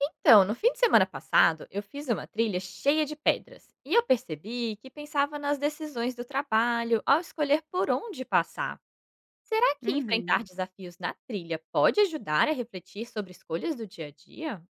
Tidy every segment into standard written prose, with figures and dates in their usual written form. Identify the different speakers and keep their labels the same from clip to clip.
Speaker 1: Então, no fim de semana passado, eu fiz uma trilha cheia de pedras e eu percebi que pensava nas decisões do trabalho ao escolher por onde passar. Será que
Speaker 2: Uhum.
Speaker 1: enfrentar desafios na trilha pode ajudar a refletir sobre escolhas do dia a dia?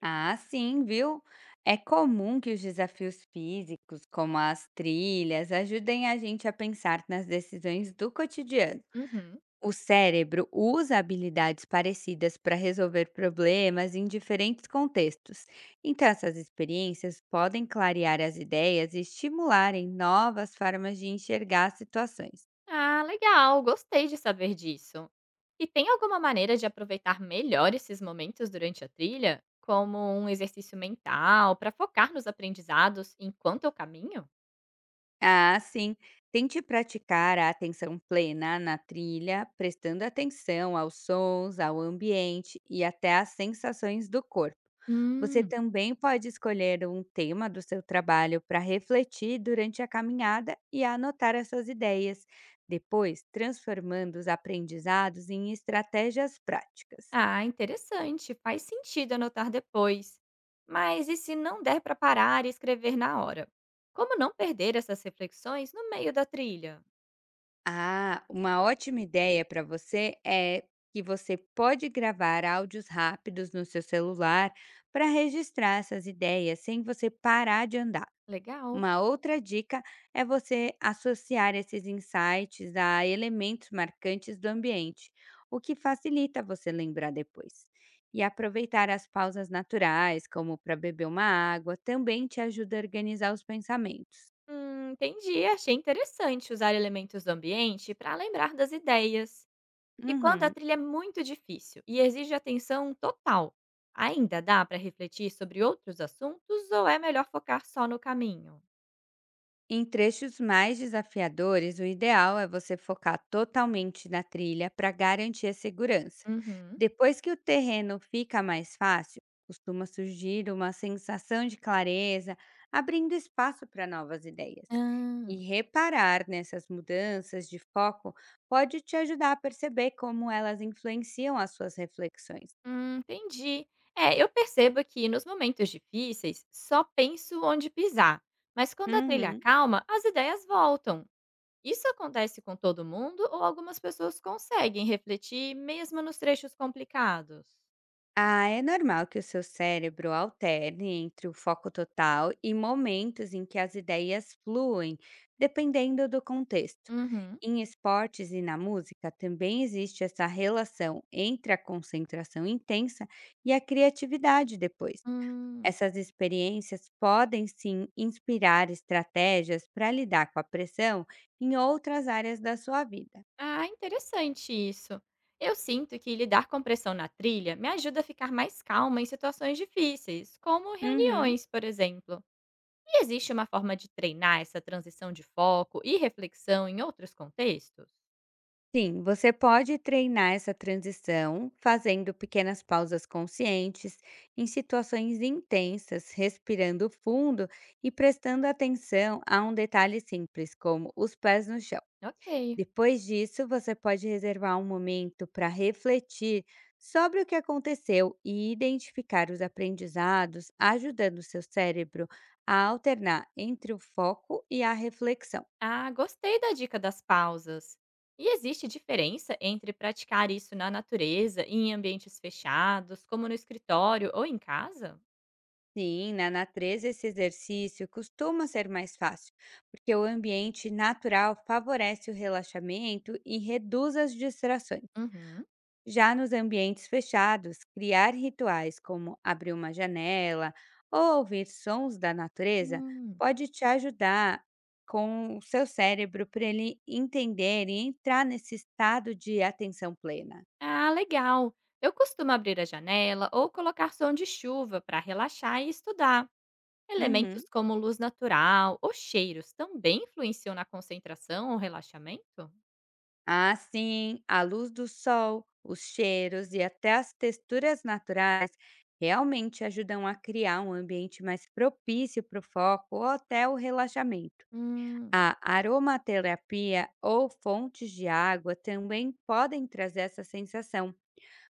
Speaker 2: Ah, sim, viu? É comum que os desafios físicos, como as trilhas, ajudem a gente a pensar nas decisões do cotidiano.
Speaker 1: Uhum.
Speaker 2: O cérebro usa habilidades parecidas para resolver problemas em diferentes contextos. Então, essas experiências podem clarear as ideias e estimularem novas formas de enxergar as situações.
Speaker 1: Ah, legal, gostei de saber disso. E tem alguma maneira de aproveitar melhor esses momentos durante a trilha, como um exercício mental, para focar nos aprendizados enquanto eu caminho?
Speaker 2: Ah, sim. Tente praticar a atenção plena na trilha, prestando atenção aos sons, ao ambiente e até às sensações do corpo. Você
Speaker 1: Hum.
Speaker 2: também pode escolher um tema do seu trabalho para refletir durante a caminhada e anotar as suas ideias, depois transformando os aprendizados em estratégias práticas.
Speaker 1: Ah, interessante. Faz sentido anotar depois. Mas e se não der para parar e escrever na hora? Como não perder essas reflexões no meio da trilha?
Speaker 2: Ah, uma ótima ideia para você é que você pode gravar áudios rápidos no seu celular para registrar essas ideias sem você parar de andar.
Speaker 1: Legal.
Speaker 2: Uma outra dica é você associar esses insights a elementos marcantes do ambiente, o que facilita você lembrar depois. E aproveitar as pausas naturais, como para beber uma água, também te ajuda a organizar os pensamentos.
Speaker 1: Entendi. Achei interessante usar elementos do ambiente para lembrar das ideias. E quando a
Speaker 2: Uhum.
Speaker 1: trilha é muito difícil e exige atenção total, ainda dá para refletir sobre outros assuntos ou é melhor focar só no caminho?
Speaker 2: Em trechos mais desafiadores, o ideal é você focar totalmente na trilha para garantir a segurança.
Speaker 1: Uhum.
Speaker 2: Depois que o terreno fica mais fácil, costuma surgir uma sensação de clareza, abrindo espaço para novas ideias.
Speaker 1: Ah.
Speaker 2: E reparar nessas mudanças de foco pode te ajudar a perceber como elas influenciam as suas reflexões.
Speaker 1: Entendi. É, eu percebo que nos momentos difíceis só penso onde pisar, mas quando a trilha
Speaker 2: Uhum.
Speaker 1: calma, as ideias voltam. Isso acontece com todo mundo ou algumas pessoas conseguem refletir mesmo nos trechos complicados?
Speaker 2: Ah, é normal que o seu cérebro alterne entre o foco total e momentos em que as ideias fluem, dependendo do contexto.
Speaker 1: Uhum.
Speaker 2: Em esportes e na música também existe essa relação entre a concentração intensa e a criatividade depois.
Speaker 1: Hum.
Speaker 2: Essas experiências podem sim inspirar estratégias para lidar com a pressão em outras áreas da sua vida.
Speaker 1: Ah, interessante isso. Eu sinto que lidar com pressão na trilha me ajuda a ficar mais calma em situações difíceis, como
Speaker 2: Uhum.
Speaker 1: reuniões, por exemplo. E existe uma forma de treinar essa transição de foco e reflexão em outros contextos?
Speaker 2: Sim, você pode treinar essa transição fazendo pequenas pausas conscientes em situações intensas, respirando fundo e prestando atenção a um detalhe simples, como os pés no chão.
Speaker 1: Ok.
Speaker 2: Depois disso, você pode reservar um momento para refletir sobre o que aconteceu e identificar os aprendizados, ajudando o seu cérebro a alternar entre o foco e a reflexão.
Speaker 1: Ah, gostei da dica das pausas. E existe diferença entre praticar isso na natureza e em ambientes fechados, como no escritório ou em casa?
Speaker 2: Sim, na natureza esse exercício costuma ser mais fácil, porque o ambiente natural favorece o relaxamento e reduz as distrações.
Speaker 1: Uhum.
Speaker 2: Já nos ambientes fechados, criar rituais como abrir uma janela ou ouvir sons da natureza
Speaker 1: Hum.
Speaker 2: pode te ajudar com o seu cérebro para ele entender e entrar nesse estado de atenção plena.
Speaker 1: Ah, legal. Eu costumo abrir a janela ou colocar som de chuva para relaxar e estudar.
Speaker 2: Uhum.
Speaker 1: Elementos como luz natural ou cheiros também influenciam na concentração ou relaxamento?
Speaker 2: Assim, a luz do sol, os cheiros e até as texturas naturais realmente ajudam a criar um ambiente mais propício para o foco ou até o relaxamento.
Speaker 1: Hum.
Speaker 2: A aromaterapia ou fontes de água também podem trazer essa sensação.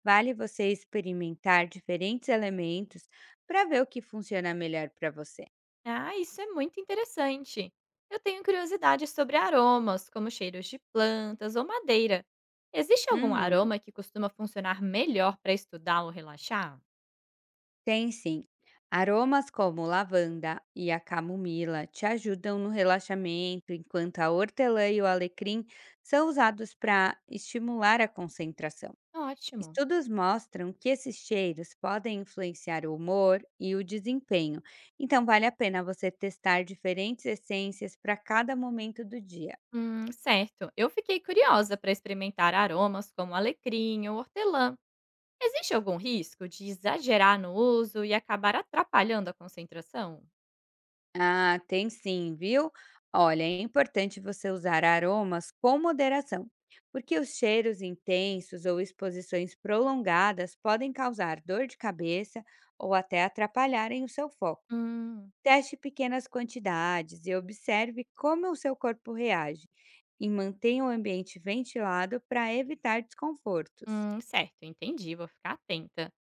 Speaker 2: Vale você experimentar diferentes elementos para ver o que funciona melhor para você.
Speaker 1: Ah, isso é muito interessante. Eu tenho curiosidade sobre aromas, como cheiros de plantas ou madeira. Existe algum
Speaker 2: Uhum.
Speaker 1: aroma que costuma funcionar melhor para estudar ou relaxar?
Speaker 2: Tem sim. Aromas como lavanda e a camomila te ajudam no relaxamento, enquanto a hortelã e o alecrim são usados para estimular a concentração.
Speaker 1: Ótimo.
Speaker 2: Estudos mostram que esses cheiros podem influenciar o humor e o desempenho, então vale a pena você testar diferentes essências para cada momento do dia.
Speaker 1: Certo. Eu fiquei curiosa para experimentar aromas como alecrim ou hortelã. Existe algum risco de exagerar no uso e acabar atrapalhando a concentração?
Speaker 2: Ah, tem sim, viu? Olha, é importante você usar aromas com moderação, porque os cheiros intensos ou exposições prolongadas podem causar dor de cabeça ou até atrapalharem o seu foco.
Speaker 1: Hum.
Speaker 2: Teste pequenas quantidades e observe como o seu corpo reage, e mantenha o ambiente ventilado para evitar desconfortos.
Speaker 1: Certo, entendi, vou ficar atenta.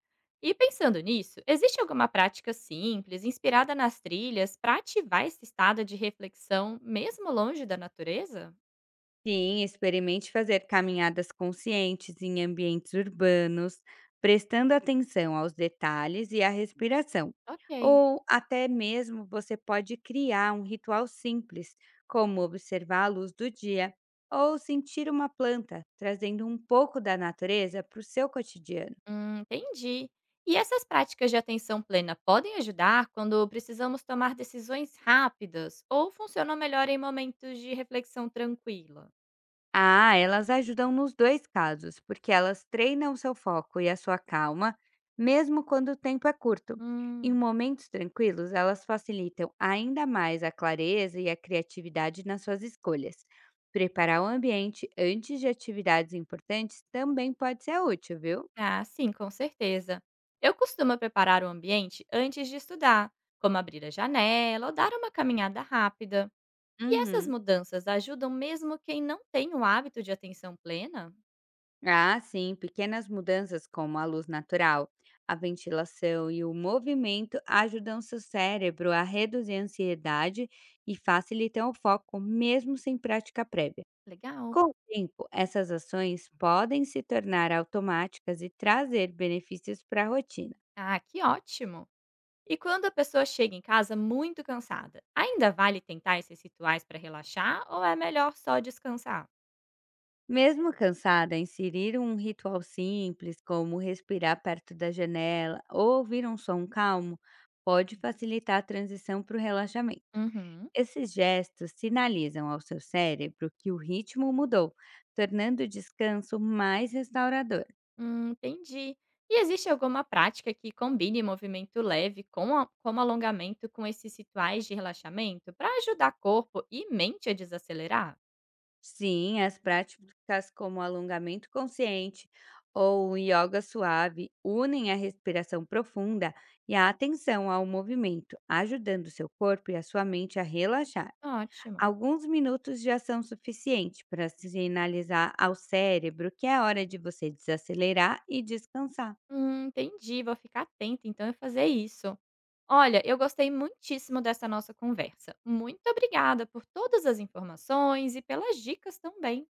Speaker 1: E pensando nisso, existe alguma prática simples, inspirada nas trilhas, para ativar esse estado de reflexão, mesmo longe da natureza?
Speaker 2: Sim, experimente fazer caminhadas conscientes em ambientes urbanos, prestando atenção aos detalhes e à respiração.
Speaker 1: Ok,
Speaker 2: Ou até mesmo você pode criar um ritual simples, como observar a luz do dia ou sentir uma planta, trazendo um pouco da natureza para o seu cotidiano.
Speaker 1: entendi. E essas práticas de atenção plena podem ajudar quando precisamos tomar decisões rápidas ou funcionam melhor em momentos de reflexão tranquila?
Speaker 2: Ah, elas ajudam nos dois casos, porque elas treinam seu foco e a sua calma, mesmo quando o tempo é curto. Em
Speaker 1: Hum.
Speaker 2: momentos tranquilos, elas facilitam ainda mais a clareza e a criatividade nas suas escolhas. Preparar o ambiente antes de atividades importantes também pode ser útil, viu?
Speaker 1: Ah, sim, com certeza. Eu costumo preparar o ambiente antes de estudar, como abrir a janela ou dar uma caminhada rápida. E essas
Speaker 2: Uhum.
Speaker 1: mudanças ajudam mesmo quem não tem o hábito de atenção plena?
Speaker 2: Ah, sim, pequenas mudanças como a luz natural, a ventilação e o movimento ajudam seu cérebro a reduzir a ansiedade e facilitam o foco, mesmo sem prática prévia.
Speaker 1: Legal.
Speaker 2: Com o tempo, essas ações podem se tornar automáticas e trazer benefícios para a rotina.
Speaker 1: Ah, que ótimo! E quando a pessoa chega em casa muito cansada, ainda vale tentar esses rituais para relaxar ou é melhor só descansar?
Speaker 2: Mesmo cansada, inserir um ritual simples, como respirar perto da janela ou ouvir um som calmo, pode facilitar a transição para o relaxamento.
Speaker 1: Uhum.
Speaker 2: Esses gestos sinalizam ao seu cérebro que o ritmo mudou, tornando o descanso mais restaurador.
Speaker 1: Entendi. E existe alguma prática que combine movimento leve com como alongamento com esses rituais de relaxamento para ajudar corpo e mente a desacelerar?
Speaker 2: Sim, as práticas como alongamento consciente ou um yoga suave unem a respiração profunda e a atenção ao movimento, ajudando seu corpo e a sua mente a relaxar.
Speaker 1: Ótimo.
Speaker 2: Alguns minutos já são suficientes para sinalizar ao cérebro que é hora de você desacelerar e descansar.
Speaker 1: Entendi. Vou ficar atenta então a fazer isso. Olha, eu gostei muitíssimo dessa nossa conversa. Muito obrigada por todas as informações e pelas dicas também.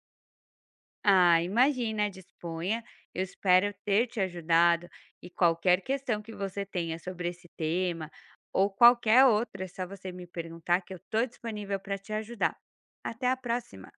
Speaker 2: Ah, imagina, disponha. Eu espero ter te ajudado e qualquer questão que você tenha sobre esse tema ou qualquer outra, é só você me perguntar que eu estou disponível para te ajudar. Até a próxima!